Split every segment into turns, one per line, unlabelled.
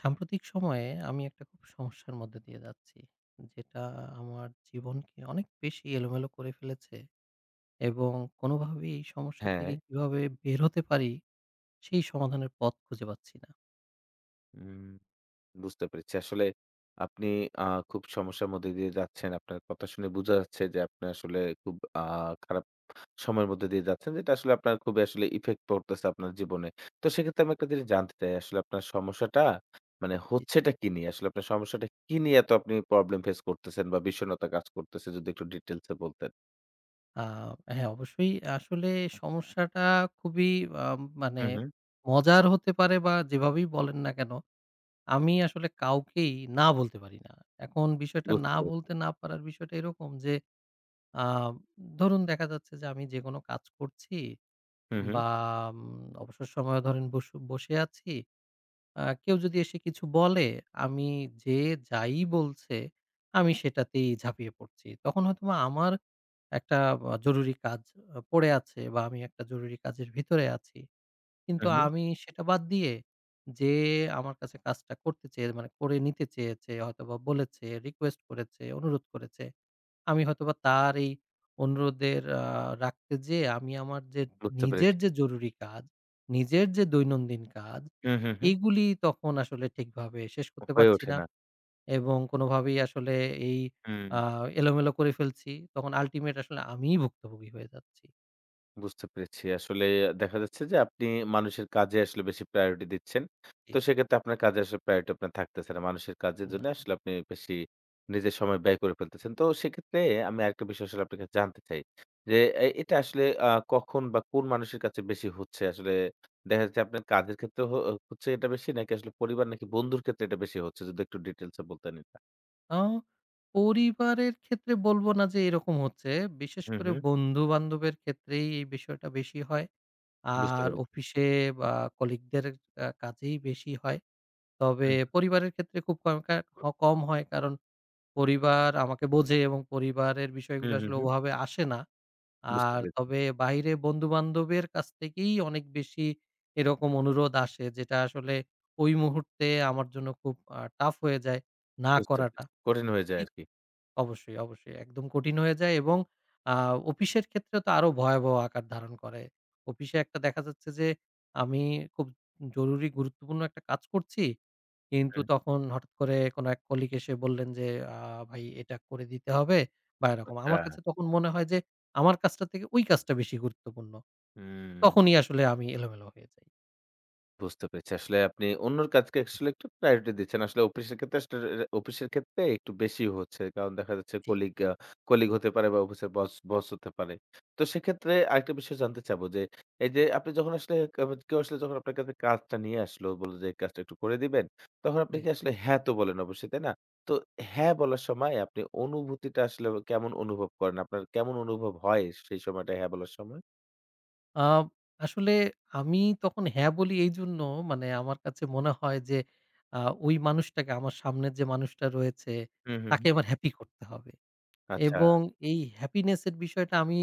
সাম্প্রতিক সময়ে আমি একটা খুব সমস্যার মধ্যে দিয়ে যাচ্ছি। যেটা আমার জীবনকে অনেক বেশি এলোমেলো করে ফেলেছে এবং কোনোভাবেই এই সমস্যা
হ্যাঁ,
থেকে কিভাবে বের হতে পারি, সেই সমাধানের পথ খুঁজে পাচ্ছি না।
উম বুঝতে পেরেছি। আসলে আপনি আ খুব সমস্যার মধ্যে দিয়ে যাচ্ছেন। আপনার কথা শুনে বোঝা যাচ্ছে যে আপনি আসলে খুব খারাপ সময়ের মধ্যে দিয়ে যাচ্ছেন। যেটা আসলে আপনার খুবই আসলে ইফেক্ট পড়তেছে আপনার জীবনে। তো সেক্ষেত্রে আমি একটা জিনিস জানতে চাই আসলে আপনার সমস্যাটা মানে
জি, জি।
হচ্ছেটা কি নিয়ে? আসলে আপনার সমস্যাটা কি নিয়ে এত আপনি প্রবলেম ফেস করতেছেন বা বিষণ্ণতা কাজ করতেছে যদি একটু ডিটেইলস এ বলতেন?
আ হ্যাঁ, অবশ্যই আসলে সমস্যাটা খুবই আ মানে
হু, হু।
মজার হতে পারে বা যেভাবেই বলেন না কেন, আমি আসলে কাউকেই না বলতে পারি না। এখন বিষয়টা
বুঝতে
না
পেরেছি।
বলতে না পারার বিষয়টা এরকম যে আ ধরুন দেখা যাচ্ছে যে আমি যেকোনো কাজ করছি
হু, হু।
বা উম অবসর সময়ে ধরেন বস বসে আছি। কেউ যদি এসে কিছু বলে, আমি যে যাই বলছে, আমি সেটাতেই ঝাঁপিয়ে পড়ছি। তখন হয়তোবা আমার একটা জরুরি কাজ পড়ে আছে বা আমি একটা জরুরি কাজের ভিতরে আছি।
হু,
কিন্তু
হু।
আমি সেটা বাদ দিয়ে যে আমার কাছে কাজটা করতে চেয়ে মানে করে নিতে চেয়েছে, হয়তোবা বলেছে, রিকোয়েস্ট করেছে, অনুরোধ করেছে আমি হয়তোবা তার এই অনুরোধের রাখতে যেয়ে আমি আমার
বুঝতে পেরেছি।
নিজের যে জরুরি কাজ, নিজের যে দৈনন্দিন কাজ,
হু, হু, হু।
এইগুলি তখন আসলে ঠিকভাবে শেষ করতে
হয়ে
পারছি
ওঠে
না
না।
এবং কোনোভাবেই আসলে এই
হুম।
আ এলোমেলো করে ফেলছি। তখন আল্টিমেট আসলে আমিই ভুক্তভোগী হয়ে যাচ্ছি।
বুঝতে পেরেছি। আসলে দেখা যাচ্ছে যে আপনি মানুষের কাজে আসলে বেশি প্রায়োরিটি দিচ্ছেন।
জি,
তো
জি।
সেক্ষেত্রে আপনার কাজে আসলে প্রায়োরিটি আপনার থাকতেছে না। মানুষের কাজের জন্য
না।
আসলে আপনি বেশি নিজের সময় ব্যয় করে ফেলতেছেন। তো সেক্ষেত্রে আমি আরেকটা বিষয় আসলে আপনার কাছে জানতে চাই। যে এটা আসলে কখন বা কোন মানুষের কাছে বেশি হচ্ছে? আসলে দেখা যাচ্ছে আপনার কাজের ক্ষেত্রে হচ্ছে এটা বেশি নাকি আসলে পরিবার নাকি বন্ধুর ক্ষেত্রে এটা বেশি হচ্ছে? যদি একটু ডিটেইলস এ বলতেন এটা।
আ পরিবারের ক্ষেত্রে বলব না যে এরকম হচ্ছে। বিশেষ
হুম,
করে
হুম।
বন্ধু-বান্ধবের ক্ষেত্রেই এই বিষয়টা বেশি হয়।
বুঝতে
আর
পেরেছি।
অফিসে বা কলিগদের কাছেই বেশি হয়। তবে
হুম।
পরিবারের ক্ষেত্রে খুব কম কা হ কম হয়। কারণ পরিবার আমাকে বোঝে এবং পরিবারের
হুম,
বিষয়গুলো
হুম,
আসলে
হুম।
ওভাবে আসে না।
বুঝতে
আর
পেরেছি,
তবে বাইরে বন্ধু-বান্ধবের কাছ থেকেই অনেক বেশি এরকম অনুরোধ আসে যেটা আসলে ওই মুহূর্তে আমার জন্য খুব টাফ হয়ে যায় না
বুঝতে
করাটা।
পেরেছি। কঠিন হয়ে যায়
ঠিক
আরকি।
অবশ্যই, অবশ্যই। একদম কঠিন হয়ে যায় এবং আ অফিসের ক্ষেত্রে তো আরো ভয়াবহ আকার ধারণ করে। অফিসে একটা দেখা যাচ্ছে যে আমি খুব জরুরি গুরুত্বপূর্ণ একটা কাজ করছি। কিন্তু
হুম।
তখন হঠাৎ করে কোন এক কলিগ এসে বললেন যে, "আ ভাই এটা করে দিতে হবে" বা এরকম।
আচ্ছা।
আমার কাছে তখন মনে হয় যে আমার কাজটা থেকে ওই কাজটা বেশি গুরুত্বপূর্ণ।
হুম,
তখনই আসলে আমি এলোমেলো হয়ে যাই।
বুঝতে পেরেছি। আসলে আপনি অন্যর কাজকে আসলে একটু প্রায়োরিটি দিচ্ছেন। আসলে অফিসের ক্ষেত্রে আসলে অফিসের ক্ষেত্রে একটু বেশি হচ্ছে। কারণ দেখা যাচ্ছে
জি, জি।
কলিগ হতে পারে বা অফিসের বস বস হতে পারে। তো সেক্ষেত্রে আরেকটা বিষয় জানতে চাবো যে, এই যে আপনি যখন আসলে কেউ আসলে যখন আপনার কাছে কাজটা নিয়ে আসলো, বলল যে এই কাজটা একটু করে দিবেন। তখন আপনি
জি।
কি আসলে হ্যাঁ তো বলেন অবশ্যই, তাই না? তো হ্যাঁ বলার সময় আপনি অনুভূতিটা আসলে কেমন অনুভব করেন? আপনার কেমন অনুভব হয় সেই সময়টা হ্যাঁ বলার সময়?
আ আসলে আমি তখন হ্যাঁ বলি এইজন্য মানে আমার কাছে মনে হয় যে আ ওই মানুষটাকে আমার সামনের যে মানুষটা রয়েছে
হুম, হুম,
তাকে
হুম।
আমার হ্যাপি করতে হবে।
আচ্ছা,
এবং এই হ্যাপিনেস এর বিষয়টা আমি,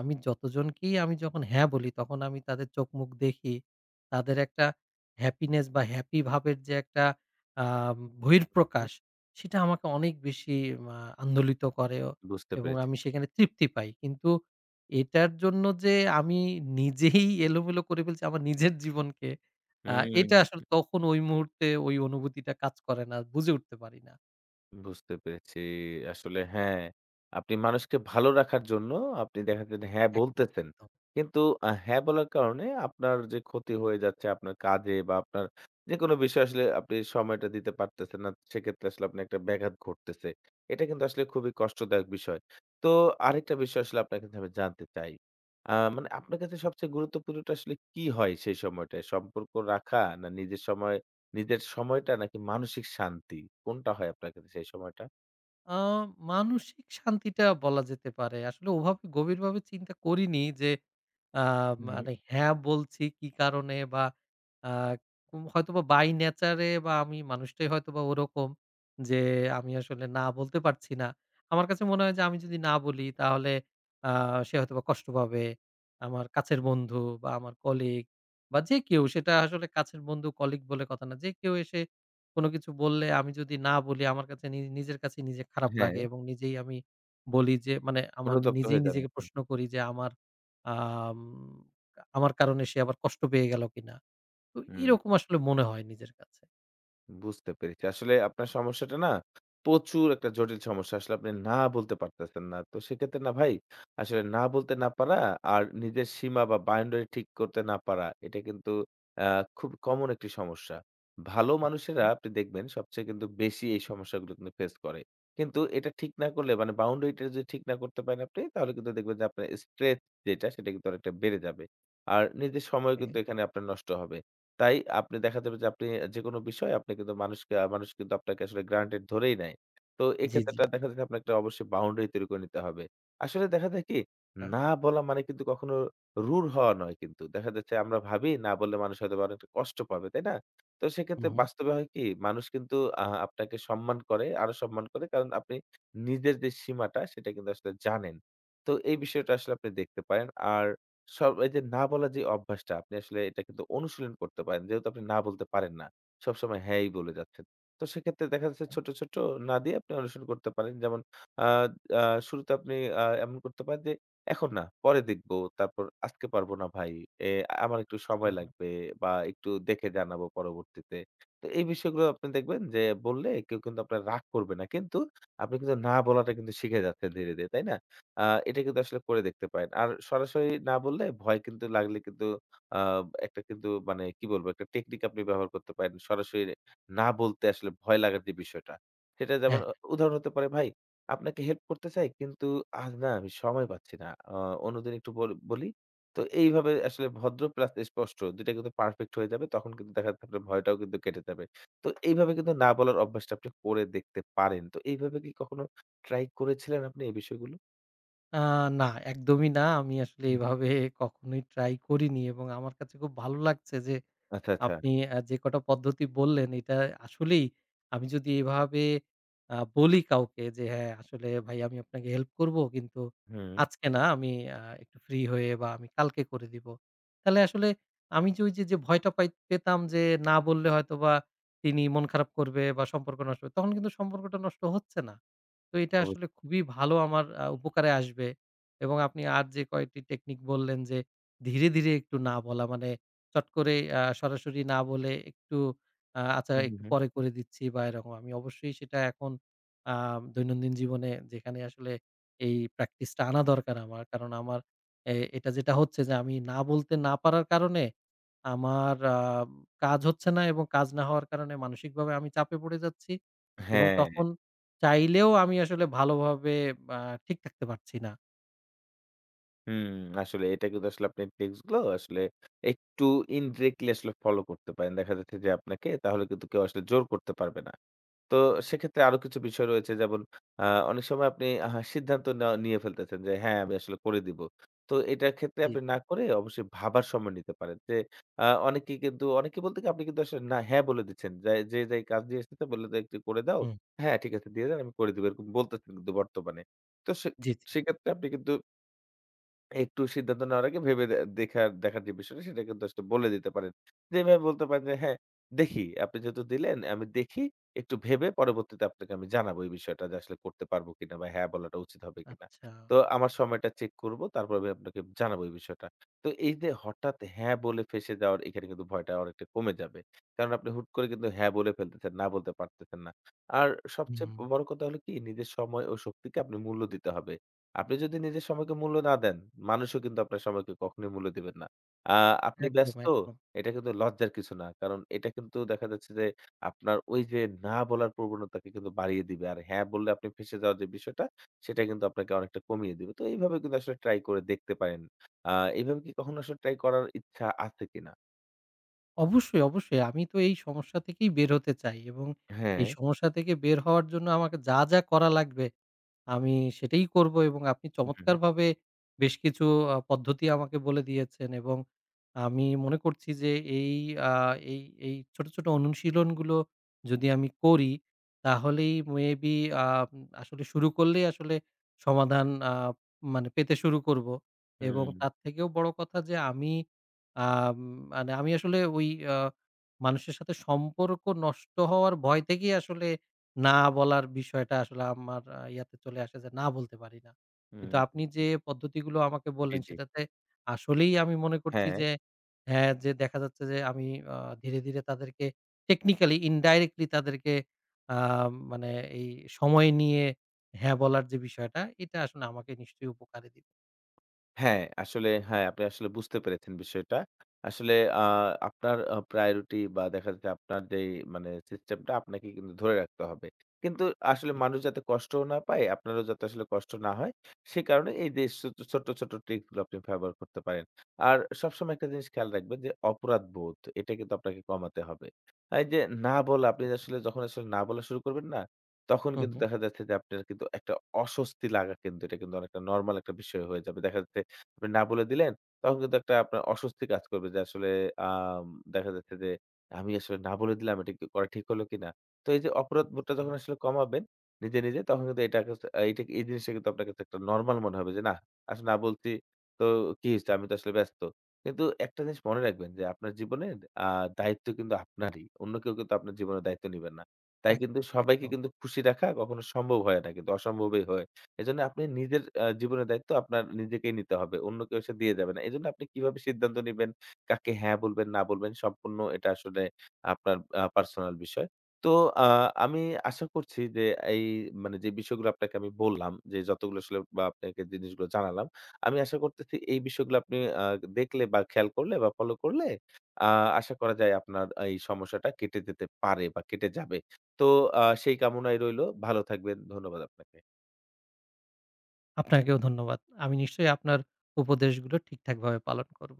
আমি যতজনকেই আমি যখন হ্যাঁ বলি তখন আমি তাদের চোখমুখ দেখি। তাদের একটা হ্যাপিনেস বা হ্যাপি ভাবের যে একটা আ
হুম,
বহিঃপ্রকাশ সেটা আমাকে অনেক বেশি আ আন্দোলিত করে ও-
বুঝতে
এবং
পেরেছি।
আমি সেখানে তৃপ্তি পাই। কিন্তু এটার জন্য যে আমি নিজেই এলোমেলো করে ফেলছি আমার নিজের জীবনকে আ এটা আসলে
হুম,
তখন ওই মুহূর্তে ওই অনুভূতিটা কাজ করে না। বুঝে উঠতে পারি না।
বুঝতে পেরেছি। আসলে হ্যাঁ, আপনি মানুষকে ভালো রাখার জন্য আপনি দেখা যায় যে হ্যাঁ
একদম,
বলতেছেন।
একদম।
কিন্তু হ্যাঁ বলার কারণে আপনার যে ক্ষতি হয়ে যাচ্ছে আপনার কাজে বা আপনার যেকোনো বিষয়ে আসলে আপনি সময়টা দিতে পারতেছেন না। সেক্ষেত্রে আসলে আপনার একটা ব্যাঘাত ঘটতেছে। এটা কিন্তু আসলে খুবই কষ্টদায়ক বিষয়। তো আরেকটা বিষয় আসলে আপনার কাছে আমি জানতে চাই। মানে আপনার কাছে সবচেয়ে গুরুত্বপূর্ণটা আসলে কি হয় সেই সময়টায়? সম্পর্ক রাখা না নিজের সময়টা নাকি মানসিক শান্তি? কোনটা হয় আপনার ক্ষেত্রে সেই সময়টা?
আ মানসিক শান্তিটা বলা যেতে পারে। আসলে ওভাবে গভীরভাবে চিন্তা করিনি যে আ
হুম।
মানে হ্যাঁ বলছি কি কারণে বা আ কু হয়তোবা বাই নেচারে বা আমি মানুষটাই হয়তোবা ওরকম যে আমি আসলে না বলতে পারছি না। আমার কাছে মনে হয় যে আমি যদি না বলি তাহলে আ সে হয়তোবা কষ্ট পাবে। আমার কাছের বন্ধু বা আমার কলিগ বা যে কেউ সেটা আসলে কাছের বন্ধু, কলিগ বলে কথা না। যে কেউ এসে কোনো কিছু বললে আমি যদি না বলি আমার কাছে নিজের কাছে নিজে খারাপ
হ্যাঁ,
লাগে এবং নিজেই আমি বলি যে মানে আমার
অনুতপ্ত
নিজেই
হয়ে যান
নিজেকে
আরকি।
প্রশ্ন করি যে আম আমার কারণে সে আবার কষ্ট পেয়ে গেল কিনা? তো
হুম।
এরকম আসলে মনে হয় নিজের কাছে।
বুঝতে পেরেছি। আসলে আপনার সমস্যাটা না প্রচুর একটা জটিল সমস্যা। আসলে আপনি না বলতে পারতেছেন না। তো সেক্ষেত্রে না ভাই, আসলে না বলতে না পারা আর নিজের সীমা বা বাউন্ডারি ঠিক করতে না পারা এটা কিন্তু আ খুব কমন একটি সমস্যা। ভালো
আচ্ছা,
মানুষেরা আপনি দেখবেন সবচেয়ে কিন্তু বেশি এই সমস্যাগুলো কিন্তু ফেস করে। কিন্তু এটা ঠিক না করলে মানে বাউন্ডারিটা যদি ঠিক না করতে পারেন আপনি তাহলে কিন্তু দেখবেন যে আপনার স্ট্রেস যেটা সেটা কিন্তু অনেকটা বেড়ে যাবে। আর নিজের সময়
ওকে।
কিন্তু এখানে আপনার নষ্ট হবে। তাই আপনি দেখা যাবে যে আপনি যেকোনো বিষয় আপনি কিন্তু মানুষ কিন্তু আপনাকে আসলে গ্রান্টেড ধরেই নেয়। তো
জি, জি।
এক্ষেত্রেটা দেখা যাচ্ছে আপনার একটা অবশ্যই বাউন্ডারি তৈরি করে নিতে হবে। আসলে দেখা যায় কি,
হ্যাঁ।
না বলা মানে কিন্তু কখনো রুড হওয়া নয় কিন্তু। দেখা যাচ্ছে আমরা ভাবি না বললে মানুষ হয়তোবা অনেকটা কষ্ট পাবে, তাই না? তো
হু,
সেক্ষেত্রে
হু।
বাস্তবে হয় কি মানুষ কিন্তু আপনাকে সম্মান করে, আরো সম্মান করে কারণ আপনি নিজের যে সীমাটা সেটা কিন্তু আসলে জানেন। তো এই বিষয়টা আসলে আপনি দেখতে পারেন। আর সব এই যে না বলার যে অভ্যাসটা আপনি আসলে এটা কিন্তু অনুশীলন করতে পারেন। যেহেতু আপনি না বলতে পারেন না। সবসময় হ্যাঁই বলে যাচ্ছেন। তো সেক্ষেত্রে দেখা যাচ্ছে ছোট, ছোট না দিয়ে আপনি অনুসরণ করতে পারেন। যেমন আ আ শুরুতে আপনি এমন করতে পারেন যে, "এখন না, পরে দেখবো। তারপর আজকে পারবো না ভাই। এ আমার একটু
আচ্ছা।
সময় লাগবে বা একটু দেখে জানাবো পরবর্তীতে।" তো এই বিষয়গুলো আপনি দেখবেন যে বললে কেউ কিন্তু আপনার রাগ করবে না। কিন্তু আপনি কিন্তু না বলাটা কিন্তু শিখে যাচ্ছেন ধীরে, ধীরে। তাই না? আ এটা কিন্তু আসলে করে দেখতে পারেন। আর সরাসরি না বললে ভয় কিন্তু লাগলে কিন্তু আ একটা কিন্তু মানে কি বলবো? একটা টেকনিক আপনি ব্যবহার করতে পারেন। সরাসরি না বলতে আসলে ভয় লাগার যে বিষয়টা, সেটা যেমন
হ্যাঁ।
উদাহরণ হতে পারে, "ভাই আপনাকে হেল্প করতে চাই কিন্তু আজ না আমি সময় পাচ্ছি না। অন্যদিন একটু বলি।" তো এইভাবে আসলে ভদ্র প্লাস স্পষ্ট ২টা টা কিন্তু পারফেক্ট হয়ে যাবে। তখন কিন্তু দেখা যাচ্ছে আপনার ভয়টাও কিন্তু কেটে যাবে। তো এইভাবে কিন্তু না বলার অভ্যাসটা আপনি করে দেখতে পারেন। তো এইভাবে কি কখনো ট্রাই করেছিলেন আপনি এই বিষয়গুলো?
আ না একদমই না। আমি আসলে এভাবে কখনোই ট্রাই করিনি এবং আমার কাছে খুব ভালো লাগছে যে
আচ্ছা, আচ্ছা।
আপনি যে কটা পদ্ধতি বললেন এটা আসলেই আমি যদি এভাবে বলি কাউকে যে, "হ্যাঁ, আসলে ভাই আমি আপনাকে হেল্প করব। কিন্তু
হুম।
আজকে না আমি একটু ফ্রি হয়ে বা আমি কালকে করে দিব।" তাহলে আসলে আমি যে ভয়টা পেতাম যে না বললে হয়তোবা তিনি মন খারাপ করবে বা সম্পর্ক নষ্ট হবে, তখন কিন্তু সম্পর্কটা নষ্ট হচ্ছে না। তো এটা
অবশ্য
আসলে খুবই ভালো আমার উপকারে আসবে এবং আপনি আর যে কয়টি টেকনিক বললেন যে ধীরে, ধীরে একটু না বলা মানে চট করে সরাসরি না বলে একটু আচ্ছা
হু, হু,
একটু
হু।
পরে করে দিচ্ছি বা এরকম। আমি অবশ্যই সেটা এখন আ দৈনন্দিন জীবনে যেখানে আসলে এই প্র্যাকটিসটা আনা দরকার আমার। কারণ আমার এটা যেটা হচ্ছে যে আমি না বলতে না পারার কারণে আমার কাজ হচ্ছে না এবং কাজ না হওয়ার কারণে মানসিকভাবে আমি চাপে পড়ে যাচ্ছি এবং
হ্যাঁ।
তখন চাইলেও আমি আসলে ভালোভাবে আ ঠিক থাকতে পারছি না।
হুম, আসলে এটা কিন্তু আসলে আপনি টিপস গুলো আসলে একটু ইনডিরেক্টলি আসলে ফলো করতে পারেন। দেখা যাচ্ছে যে আপনাকে তাহলে কিন্তু কেউ আসলে জোর করতে পারবে না। তো সেক্ষেত্রে আরো কিছু বিষয় রয়েছে যেমন আ অনেক সময় আপনি সিদ্ধান্ত নেওয়া নিয়ে ফেলতেছেন যে হ্যাঁ, আমি আসলে করে দিব। তো এটার ক্ষেত্রে
জি,
আপনি
জি।
না করে অবশ্যই ভাবার সময় নিতে পারেন। যে অনেকেই কিন্তু অনেকে বলতে কি আপনি কিন্তু আসলে না হ্যাঁ বলে দিচ্ছেন। যে, কাজ দিয়ে এসেছে বলল যে একটু করে দাও।
হুম।
হ্যাঁ, ঠিক আছে দিয়ে দেন আমি করে দিব। এরকম বলতেছেন কিন্তু বর্তমানে। তো
জি, জি।
সেক্ষেত্রে আপনি কিন্তু একটু সিদ্ধান্ত নেওয়ার আগে ভেবে দে দেখার দেখার যে বিষয়টা সেটা কিন্তু আসলে বলে দিতে পারেন। যে এভাবে বলতে পারেন যে, "হ্যাঁ, দেখি আপনি যেহেতু দিলেন, আমি দেখি একটু ভেবে পরবর্তীতে আপনাকে আমি জানাবো এই বিষয়টা যে আসলে করতে পারবো কিনা বা হ্যাঁ বলাটা উচিত হবে কিনা।
আচ্ছা।
তো আমার সময়টা চেক করব তারপর আমি আপনাকে জানাবো এই বিষয়টা।" তো এই যে হঠাৎ হ্যাঁ বলে ফেঁসে যাওয়ার এখানে কিন্তু ভয়টা অনেকটা কমে যাবে। কারণ আপনি হুট করে কিন্তু হ্যাঁ বলে ফেলতেছেন, না বলতে পারতেছেন না। আর
হুম।
সবচেয়ে বড় কথা হলো কি নিজের সময় ও শক্তিকে আপনি মূল্য দিতে হবে। আপনি যদি নিজের সময়কে মূল্য না দেন, মানুষও কিন্তু আপনার সময়কে কখনোই মূল্য দিবেন না। আ আপনি
একদম,
ব্যস্ত,
একদম।
এটা কিন্তু লজ্জার কিছু না। কারণ এটা কিন্তু দেখা যাচ্ছে যে আপনার ওই যে না বলার প্রবণতাকে কিন্তু বাড়িয়ে দিবে। আর হ্যাঁ বললে আপনি ফেঁসে যাওয়ার যে বিষয়টা, সেটা কিন্তু আপনাকে অনেকটা কমিয়ে দিবে। তো এইভাবে কিন্তু আসলে ট্রাই করে দেখতে পারেন। আ এইভাবে কি কখনো আসলে ট্রাই করার ইচ্ছা আছে কিনা?
অবশ্যই, অবশ্যই। আমি তো এই সমস্যা থেকেই বের হতে চাই এবং
হ্যাঁ।
এই সমস্যা থেকে বের হওয়ার জন্য আমাকে যা, যা করা লাগবে আমি সেটাই করব এবং আপনি
হুম,
চমৎকারভাবে বেশ কিছু পদ্ধতি আমাকে বলে দিয়েছেন এবং আমি মনে করছি যে এই আ এই এই ছোট, ছোট অনুশীলনগুলো যদি আমি করি তাহলেই মেবি আ আসলে শুরু করলেই আসলে সমাধান মানে পেতে শুরু করব এবং
হুম,
তার থেকেও বড় কথা যে আমি আ মানে আমি আসলে ওই আ মানুষের সাথে সম্পর্ক নষ্ট হওয়ার ভয় থেকেই আসলে না বলার বিষয়টা আসলে আমার ইয়াতে চলে আসে যে না বলতে পারি না।
হুম,
কিন্তু
হুম,
আপনি যে পদ্ধতিগুলো আমাকে
জি,
বললেন
জি।
সেটাতে আসলেই আমি মনে করছি
হ্যাঁ।
যে হ্যাঁ, যে দেখা যাচ্ছে যে আমি আ ধীরে, ধীরে তাদেরকে টেকনিক্যালি ইনডাইরেক্টলি তাদেরকে আ মানে এই সময় নিয়ে হ্যাঁ বলার যে বিষয়টা এটা আসলে আমাকে নিশ্চয়ই উপকারে দিবে।
হ্যাঁ, আসলে হ্যাঁ, আপনি আসলে বুঝতে পেরেছেন বিষয়টা। আসলে আ আপনার প্রায়োরিটি বা দেখা যাচ্ছে আপনার যেই মানে সিস্টেমটা আপনাকে কিন্তু ধরে রাখতে হবে। কিন্তু আসলে মানুষ যাতে কষ্টও না পায়, আপনারও যাতে আসলে কষ্ট না হয়, সে কারণে এই যে ছোট্ট, ছোট্ট ট্রিকস গুলো আপনি ব্যবহার করতে পারেন। আর সবসময় একটা জিনিস খেয়াল রাখবেন যে অপরাধবোধ, এটা কিন্তু আপনাকে কমাতে হবে। আর এই যে না বলা, আপনি আসলে যখন আসলে না বলা শুরু করবেন না, তখন
হু,
কিন্তু
হু।
দেখা যাচ্ছে যে আপনার কিন্তু একটা অস্বস্তি লাগা কিন্তু এটা কিন্তু অনেকটা নরমাল একটা বিষয় হয়ে যাবে। দেখা যাচ্ছে আপনি না বলে দিলেন, তখন কিন্তু একটা আপনার অস্বস্তি কাজ করবে যে আসলে আম দেখা যাচ্ছে যে আমি আসলে না বলে দিলাম এটা কি করা ঠিক হলো কিনা? তো এই যে অপরাধবোধটা
আ
যখন আসলে কমাবেন নিজে, নিজে তখন কিন্তু এটা কাছে এই জিনিসটা কিন্তু আপনার কাছে একটা নরমাল মনে হবে যে না, আসলে না বলছি তো কি হইছে? আমি তো আসলে ব্যস্ত। কিন্তু একটা জিনিস মনে রাখবেন যে আপনার জীবনের আ দায়িত্ব কিন্তু আপনারই। অন্য কেউ কিন্তু আপনার জীবনের দায়িত্ব নিবে না। তাই কিন্তু
একদম,
সবাইকে
একদম।
কিন্তু খুশি রাখা কখনো সম্ভব হয় না কিন্তু অসম্ভবই হয়। এজন্য আপনি নিজের জীবনের দায়িত্ব আপনার নিজেকেই নিতে হবে। অন্য কেউ এসে দিয়ে যাবে না। এজন্য আপনি কিভাবে সিদ্ধান্ত নিবেন, কাকে হ্যাঁ বলবেন, না বলবেন সম্পূর্ণ এটা আসলে আপনার পার্সোনাল বিষয়। তো আ আমি আশা করছি যে এই মানে যে বিষয়গুলো আপনাকে আমি বললাম, যে যতগুলো আসলে বা আপনাকে জিনিসগুলো জানালাম, আমি আশা করতেছি এই বিষয়গুলো আপনি দেখলে বা খেয়াল করলে বা ফলো করলে আ আশা করা যায় আপনার এই সমস্যাটা কেটে যেতে পারে বা কেটে যাবে। তো সেই কামনাই রইলো। ভালো থাকবেন। ধন্যবাদ আপনাকে।
আপনাকেও ধন্যবাদ। আমি নিশ্চয়ই আপনার উপদেশগুলো ঠিকঠাকভাবে পালন করব।